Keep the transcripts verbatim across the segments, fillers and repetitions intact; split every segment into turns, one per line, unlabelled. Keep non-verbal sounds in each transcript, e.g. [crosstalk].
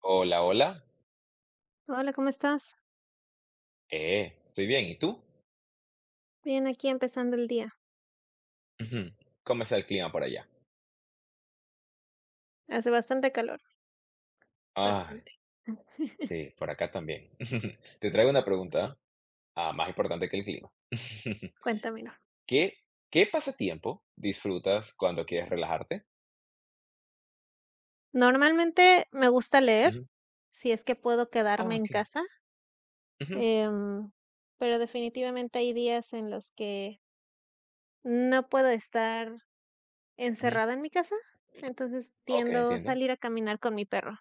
Hola, hola.
Hola, ¿cómo estás?
Eh, estoy bien. ¿Y tú?
Bien, aquí empezando el día.
Ujú. ¿Cómo está el clima por allá?
Hace bastante calor,
Ah,
bastante. [laughs]
sí, por acá también. [laughs] Te traigo una pregunta, ah, más importante que el clima. [laughs]
Cuéntamelo.
¿Qué, qué pasatiempo disfrutas cuando quieres relajarte?
Normalmente me gusta leer,
Ujú.
si es que puedo quedarme
Ah,
en
ok.
casa,
Ujú,
em, pero definitivamente hay días en los que no puedo estar
ujú.
encerrada en mi casa, entonces
Ok,
tiendo a
entiendo.
salir a caminar con mi perro.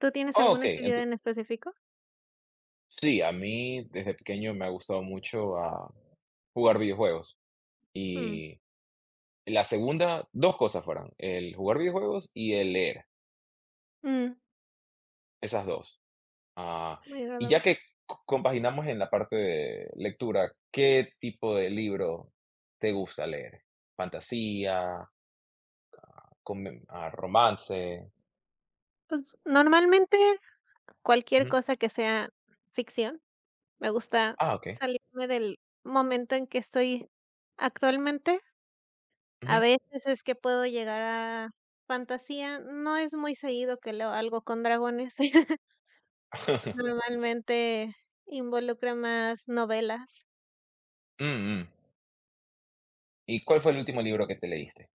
¿Tú tienes
Ah, ok,
alguna actividad
ento-
en específico?
sí, a mí desde pequeño me ha gustado mucho ah, jugar videojuegos.
Mm,
Y la segunda, dos cosas fueron, el jugar videojuegos y el leer,
mm,
esas dos. Ah,
muy
y ya
agradable.
que co compaginamos en la parte de lectura, ¿qué tipo de libro te gusta leer? ¿Fantasía, come ah, romance?
Pues normalmente cualquier
Ujú.
cosa que sea ficción. Me gusta
Ah, okey.
salirme del momento en que estoy actualmente. A
Ujú.
veces es que puedo llegar a fantasía, no es muy seguido que leo algo con dragones. [laughs]
[laughs]
Normalmente involucra más novelas.
Mm, mm. ¿Y cuál fue el último libro que te leíste,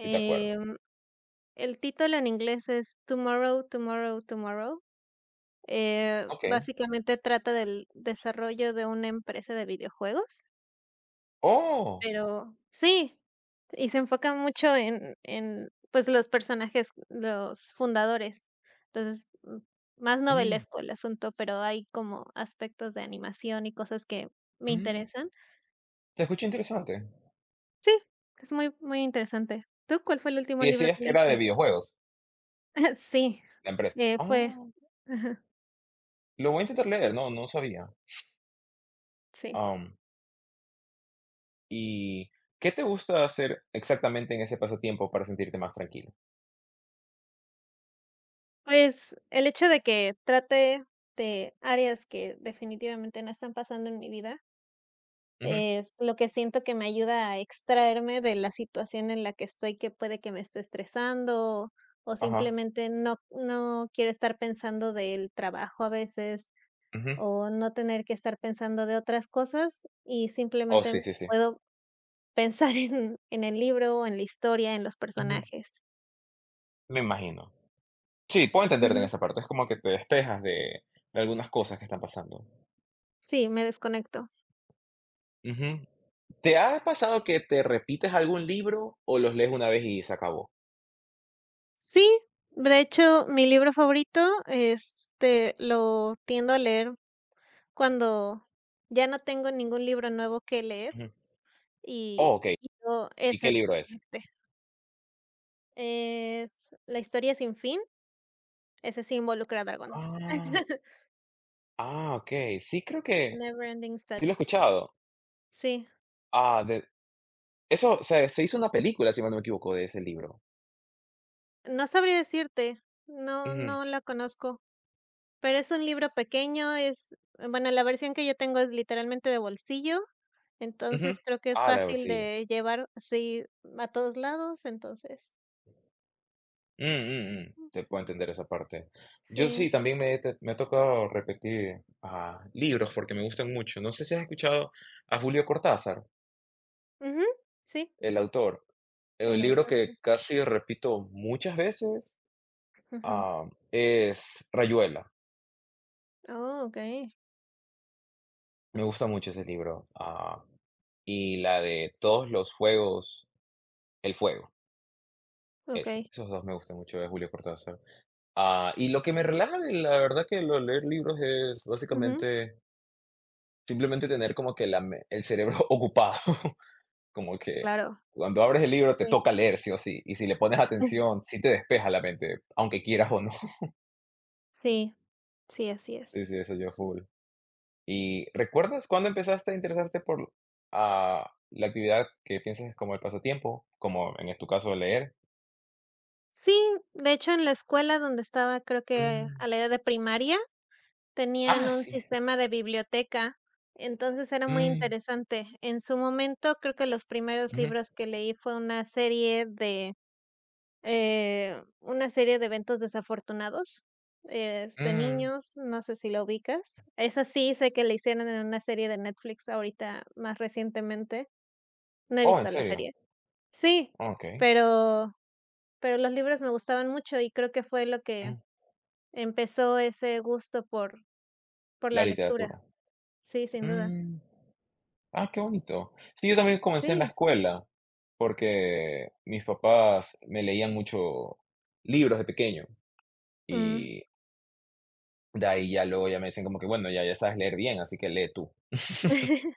si te acuerdas?
el título en inglés es Tomorrow, Tomorrow, Tomorrow. Eh,
Okey.
básicamente trata del desarrollo de una empresa de videojuegos.
¡Oh!
Pero sí, y se enfoca mucho en en, pues, los personajes, los fundadores. Entonces, mm, más
Mm,
novelesco el asunto, pero hay como aspectos de animación y cosas que me
mm.
interesan.
Se escucha interesante.
Sí, es muy muy interesante. ¿Tú cuál fue el último
Y
libro
decías
que
que era
leíste?
de videojuegos,
[laughs] Sí,
la empresa.
eh, fue
Ah,
ajá,
lo voy a intentar leer, no, no sabía.
sí.
Am ¿Y qué te gusta hacer exactamente en ese pasatiempo para sentirte más tranquilo?
Pues, el hecho de que trate de áreas que definitivamente no están pasando en mi vida,
Ujú,
es lo que siento que me ayuda a extraerme de la situación en la que estoy, que puede que me esté estresando, o
ajá,
simplemente no no quiero estar pensando del trabajo a veces,
ujú.
o no tener que estar pensando de otras cosas, y
Oh,
simplemente
sí, sí, sí.
puedo [laughs] pensar en en el libro, en la historia, en los
Ujú,
personajes.
me imagino. Sí, puedo entenderte en
Ujú.
esa parte, es como que te despejas de de algunas cosas que están pasando.
Sí, me desconecto.
Ujú. ¿Te ha pasado que te repites algún libro o los lees una vez y se acabó?
Sí, de hecho, mi libro favorito, este, lo tiendo a leer cuando ya no tengo ningún libro nuevo que leer
Ujú. Oh,
y
okey,
quiero
¿y
ese
qué libro es?
desconecte. Es La historia sin fin, ese sí involucra dragones.
Ah,
[laughs]
ah, okey. Sí, creo que
Neverending
sí lo he
Study.
escuchado.
Sí,
Ah, de eso se se hizo una película, si mal no me equivoco, de ese libro.
no sabría decirte, no
Ujú,
no la conozco, pero es un libro pequeño, es bueno, la versión que yo tengo es literalmente de bolsillo,
ujú.
entonces creo que es
Ah, la
fácil
sí.
de llevar, sí, a todos lados, entonces,
Mm, mm, mm. Se puede entender esa parte. Yo
sí.
sí, también me, he te- me ha tocado repetir ah, libros porque me gustan mucho. No sé si has escuchado a Julio Cortázar,
Ujú, sí,
el autor. El
el
libro
autor,
que
sí.
casi repito muchas veces
Ujú.
ah, es Rayuela.
Oh, okey,
Me gusta mucho ese libro. Ah, y la de Todos los fuegos, el fuego. Ese,
okey.
esos dos me gustan mucho de Julio Cortázar. Ah, y lo que me relaja, de la verdad que lo leer libros es
Ujú,
básicamente simplemente tener como que la me el cerebro [laughs] ocupado, [laughs] como que
claro,
cuando abres el libro te
sí.
toca leer sí o sí, y si le pones atención,
[laughs]
sí te despeja la mente, aunque quieras o no. [laughs]
Sí, sí, así
Sí,
es.
sí, eso yo full. ¿Y recuerdas cuándo empezaste a interesarte por ah, la actividad que piensas como el pasatiempo, como en tu caso leer?
Sí, de hecho, en la escuela donde estaba, creo que a
Mm,
la edad de primaria, tenían
ah,
un
sí, sí,
sistema de biblioteca, entonces era muy
mm,
interesante. En su momento, creo que los primeros
ujú,
libros que leí fue una serie de, eh, una serie de eventos desafortunados, es de
mm.
niños, no sé si lo ubicas. Esa sí sé que la hicieron en una serie de Netflix ahorita más recientemente. No he
Oh, ¿en
visto la
serio?
serie. Sí,
Okey,
pero pero los libros me gustaban mucho y creo que fue lo que
mm,
empezó ese gusto por por
la
la lectura.
literatura,
Sí, sin duda.
mm. Ah, qué bonito. Sí, yo también comencé en la
Sí.
escuela, porque mis papás me leían mucho libros de pequeño
Mm.
y de ahí ya luego ya me dicen como que, bueno, ya, ya sabes leer bien, así que lee tú.
[laughs]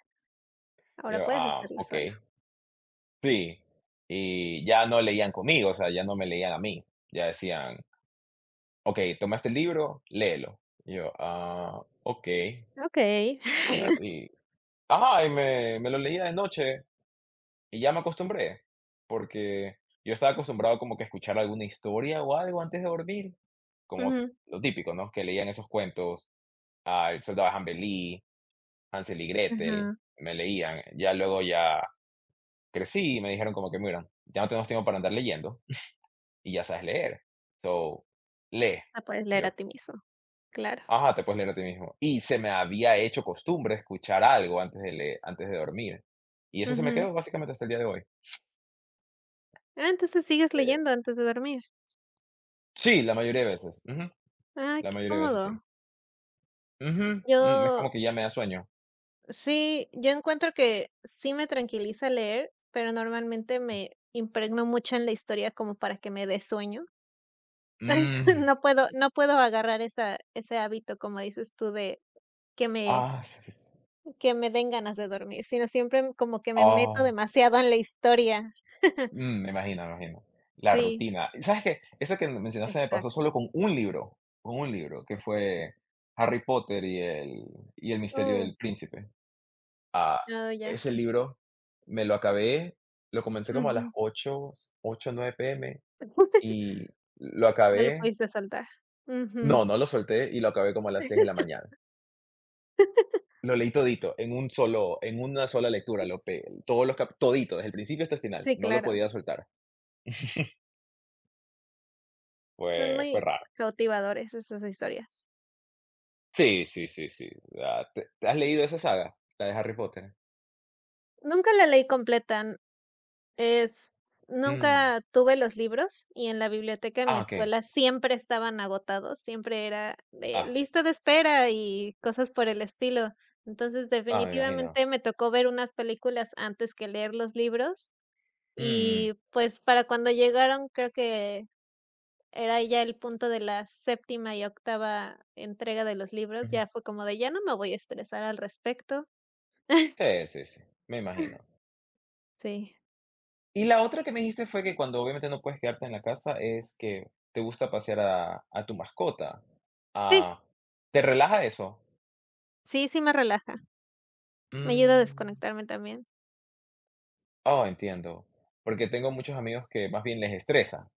Ahora
Yo,
puedes
ah,
hacerlo
ok,
sola.
sí. Y ya no leían conmigo, o sea, ya no me leían a mí. Ya decían, ok, toma este libro, léelo. Y yo, ah, ok.
Okey.
Y,
[laughs]
y, ah, y me, me lo leía de noche. Y ya me acostumbré, porque yo estaba acostumbrado como que a escuchar alguna historia o algo antes de dormir, como
Ujú,
lo típico, ¿no? Que leían esos cuentos, ah, El soldado de Hansel y Gretel,
ajá.
me leían. Ya luego ya crecí y me dijeron como que, mira, ya no tenemos tiempo para andar leyendo y ya sabes leer. So, lee.
Ah, puedes leer
Yo,
a ti mismo, claro.
ajá, te puedes leer a ti mismo. Y se me había hecho costumbre escuchar algo antes de leer, antes de dormir. Y eso se me
Ujú.
quedó básicamente hasta el día de hoy.
Ah, entonces sigues leyendo antes de dormir.
Sí, la mayoría de veces. Ujú.
Ah,
La
qué
mayoría de veces sí.
cómodo.
Ujú, mm, es
Yo
como que ya me da sueño.
sí, yo encuentro que sí me tranquiliza leer, pero normalmente me impregno mucho en la historia como para que me dé sueño. [laughs] No
Mm,
puedo no puedo agarrar esa ese hábito, como dices tú, de que me
ah, sí, sí, sí.
que me den ganas de dormir, sino siempre m- como que me meto
Ah,
demasiado en la historia. [laughs]
mm, me imagino, me imagino. La
Sí,
rutina. ¿Y sabes qué? Eso que mencionaste me pasó
exacto.
solo con un libro, con un libro, que fue Harry Potter y el y el misterio
Uh,
del príncipe. Ah,
no, ya.
ese libro me lo acabé, lo comencé como a las
Ujú.
ocho 8, nueve p m
[laughs]
y lo
No lo
acabé
pudiste saltar. Ujú.
no, no lo solté y lo acabé como a las seis de la
[laughs]
mañana. Lo leí todito, en un solo, en una sola lectura, lo pe- todos los cap- todito, desde el principio hasta el final,
Sí,
no lo
claro,
podía soltar. [laughs]
son
Fue, fue
muy
raro.
cautivadores esas historias.
Sí, sí, sí, sí. Ah, ¿te- te ¿Has leído esa saga? La de Harry Potter.
Nunca la leí completa. Es
Mm.
nunca tuve los libros y en la biblioteca de mi
Ah, ok.
escuela siempre estaban agotados, siempre era de
Ah,
lista de espera y cosas por el estilo. Entonces,
ah, me imagino.
definitivamente me tocó ver unas películas antes que leer los libros
Mm, mm,
y, pues, para cuando llegaron, creo que era ya el punto de la séptima y octava entrega de los libros,
ujú.
ya fue como de: "Ya no me voy a estresar al respecto". [laughs]
Sí, sí, sí, me imagino.
Sí.
Y la otra que me dijiste fue que cuando obviamente no puedes quedarte en la casa es que te gusta pasear a, a tu mascota.
Sí,
Ah, ¿te relaja eso?
sí, sí me relaja, me ayuda a
Mm.
desconectarme también.
Oh, entiendo. Porque tengo muchos amigos que más bien les estresa.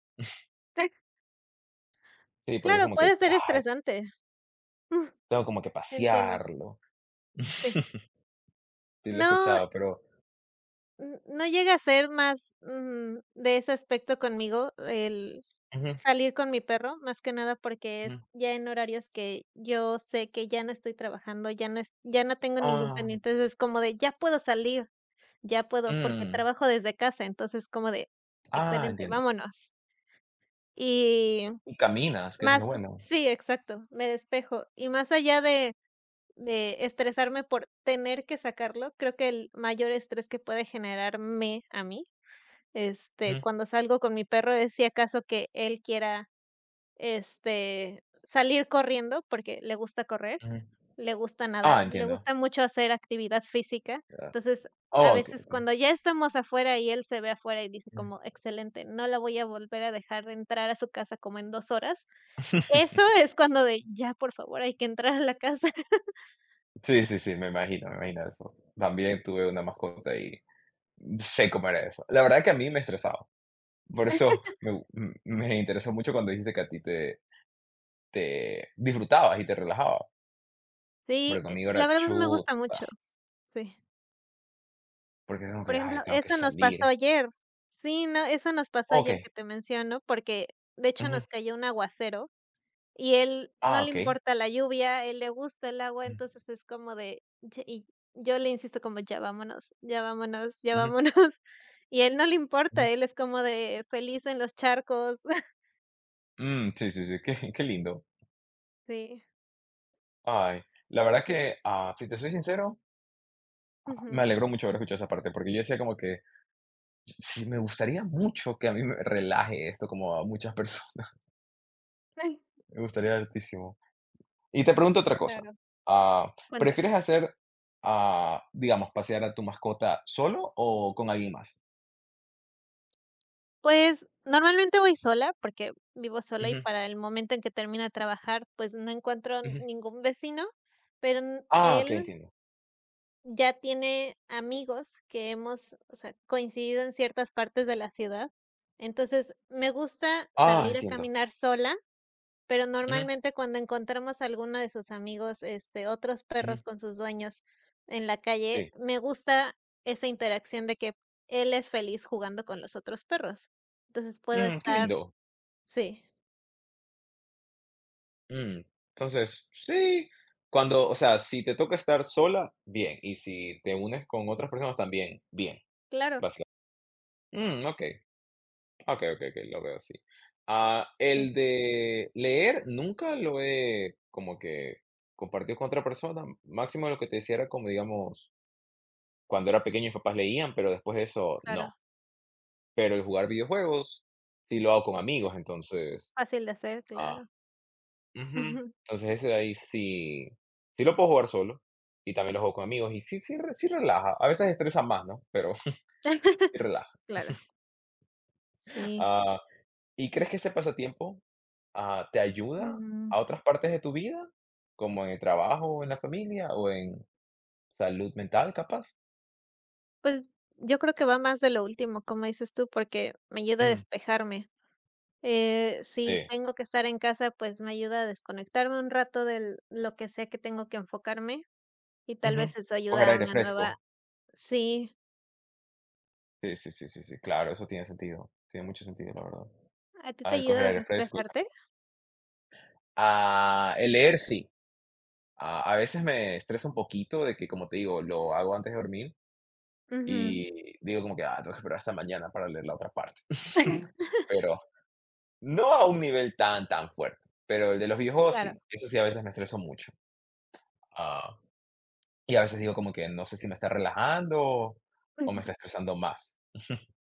Sí, porque es
Claro,
como que,
puede ser
ay,
estresante. Mm,
tengo como que
entiendo,
pasearlo.
sí.
[laughs] Sí, lo he
No,
escuchado, pero
n no llega a ser más, mm, de ese aspecto conmigo, el
ujú,
salir con mi perro, más que nada porque es
ujú.
ya en horarios que yo sé que ya no estoy trabajando, ya no es ya no tengo ningún
Ah,
pendiente, entonces es como de ya puedo salir, ya puedo, porque
mm,
trabajo desde casa, entonces como de
ah,
excelente,
entiendo.
vámonos. Y
Y caminas, que eso es lo
más
bueno.
Sí, exacto, me despejo. Y más allá de de estresarme por tener que sacarlo. Creo que el mayor estrés que puede generarme a mí, este,
Ujú,
cuando salgo con mi perro es si acaso que él quiera, este, salir corriendo, porque le gusta correr,
ujú.
le gusta nadar,
Ah,
le
entiendo.
gusta mucho hacer actividad física.
Ya.
Entonces, a
Oh, okey,
veces
okey.
cuando ya estamos afuera y él se ve afuera y dice
Mm.
como, excelente, no la voy a volver a dejar entrar a su casa como en dos horas, eso
[laughs]
es cuando de, ya, por favor, hay que entrar a la casa.
Sí, sí, sí, me imagino, me imagino eso. También tuve una mascota y sé cómo era eso. La verdad que a mí me estresaba. Por eso me me interesó mucho cuando dijiste que a ti te te disfrutabas y te relajabas,
Sí,
pero
eh,
conmigo
la
era
verdad me gusta
chuta,
mucho, sí.
porque tengo
Por
que, ay,
ejemplo,
tengo que
eso nos
salir.
pasó ayer. Sí, no, eso nos pasó ayer
Okey,
que te menciono, porque de hecho
ujú,
nos cayó un aguacero y él no
ah,
le
okey,
importa la lluvia, él le gusta el agua,
mm,
entonces es como de, ye y yo le insisto como: "Ya vámonos, ya vámonos, ya
ujú,
vámonos", [laughs] y él no le
ujú,
importa, él es como de feliz en los charcos. [laughs]
mm, sí, sí, sí, [laughs] qué qué lindo.
Sí,
Ay, la verdad que, ah, si te soy sincero, me
ujú.
alegró mucho haber escuchado esa parte, porque yo decía como que, sí, me gustaría mucho que a mí me relaje esto como a muchas personas, [laughs]
Ay,
me gustaría altísimo. Y te pregunto otra cosa,
claro,
ah,
cuenta.
¿prefieres hacer, ah, digamos, pasear a tu mascota solo o con alguien más?
Pues, normalmente voy sola, porque vivo sola y para el momento en que termino de trabajar, pues, no encuentro
Ujú.
ningún vecino, pero, mm,
Ah, okey,
él
entiendo.
ya tiene amigos que hemos, o sea, coincidido en ciertas partes de la ciudad. Entonces, me gusta
Ah,
salir a
entiendo.
caminar sola pero
Ujú,
normalmente cuando encontramos a alguno de sus amigos, este, otros
ujú.
perros con sus dueños en la calle,
Sí.
me gusta esa interacción de que él es feliz jugando con los otros perros. Entonces puedo
Mm, qué
estar
lindo.
sí,
Mm, entonces, sí, cuando o sea, si te toca estar sola, bien, y si te unes con otras personas también, bien,
claro,
básica. Mm, okey, okey, okey, okey, lo veo así. Ah,
sí,
el de leer nunca lo he como que compartido con otra persona, máximo lo que te decía era como, digamos, cuando era pequeño mis papás leían, pero después de eso no.
claro,
Pero el jugar videojuegos sí lo hago con
es
amigos, entonces
fácil de hacer,
ah,
claro.
ujú.
Ujú.
Entonces, ese de ahí sí sí lo puedo jugar solo, y también lo juego con amigos, y sí sí re sí relaja. A veces estresa más, ¿no? Pero [laughs]
[laughs]
sí relaja.
Claro, sí,
Ah, ¿y crees que ese pasatiempo, ah, te ayuda
mm,
a otras partes de tu vida? Como en el trabajo, o en la familia, o en salud mental, capaz.
pues yo creo que va más de lo último, como dices tú, porque me ayuda a
Mm,
despejarme. Eh,
sí,
si tengo que estar en casa, pues, me ayuda a desconectarme un rato de lo que sea que tengo que enfocarme, y tal
ujú.
vez eso
Coger
ayuda a
aire
una
fresco.
nueva sí,
Sí, sí, sí, sí, sí, claro, eso tiene sentido. Tiene mucho sentido, la verdad.
¿a ti
Ah,
te
el
ayuda
coger
a
aire fresco.
desestresarte?
Ah, el leer sí. A a veces me estreso un poquito de que, como te digo, lo hago antes de dormir
Ujú.
y digo como que: "Ah, tengo que esperar hasta mañana para leer la otra parte". [laughs]
[laughs]
Pero no a un nivel tan, tan fuerte, pero el de los videojuegos
Claro,
sí, eso sí a veces me estreso mucho, ah, y a veces digo como que no sé si me está relajando o me
ujú,
está estresando más.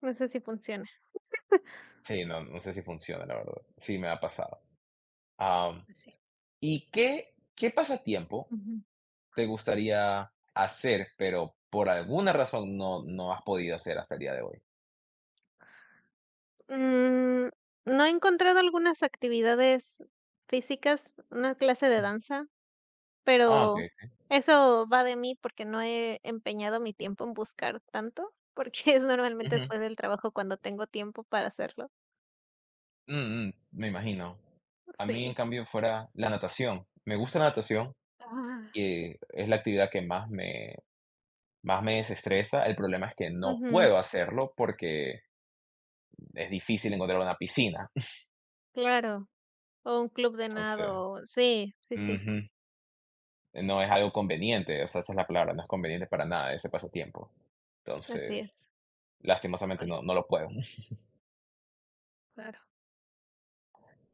no sé si funciona
Sí, no no sé si funciona, la verdad. Sí, me ha pasado. Am,
así.
¿Y qué qué pasatiempo
Ujú.
te gustaría hacer, pero por alguna razón no no has podido hacer hasta el día de hoy?
Mm, ¿no he encontrado algunas actividades físicas, una clase de danza?
Ah,
Pero
okey.
eso va de mí porque no he empeñado mi tiempo en buscar tanto, porque [laughs] es normalmente
Ujú.
después del trabajo cuando tengo tiempo para hacerlo.
Mm, mm, me imagino. A mí, en
Sí.
cambio, fuera la natación. Me gusta la natación
Ah,
y
sí.
eh, es la actividad que más me más me desestresa. El problema es que no
Ujú,
puedo hacerlo porque es difícil encontrar una piscina. [laughs]
claro, o un club de
Entonces
nado, sí, sí, sí,
ujú, no es algo conveniente, o sea, esa es la palabra, no es conveniente para nada ese pasatiempo.
así
Entonces,
es.
lastimosamente
Ay.
no no lo puedo. [laughs]
Claro.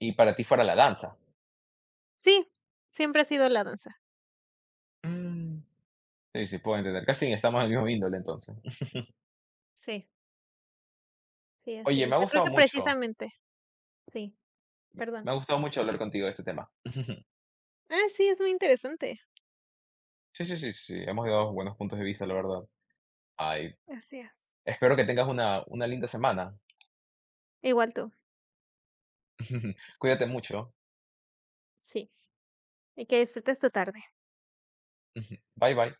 Y para ti fuera la danza.
Sí, siempre ha sido la danza.
Mm, sí, sí, puedo entender. Casi estamos en del mismo índole, entonces.
Sí, sí, así
Oye,
es.
me ha
Yo creo
gustado
que
mucho
precisamente, sí,
Me
perdón.
ha gustado mucho hablar contigo de este tema. [laughs]
Ah, sí, es muy interesante.
Sí, sí, sí, sí, hemos dado buenos puntos de vista, la verdad. Ay,
Gracias.
espero que tengas una una linda semana.
Igual tú,
[laughs] Cuídate mucho.
sí, y que disfrutes tu tarde.
[laughs] Bye, bye.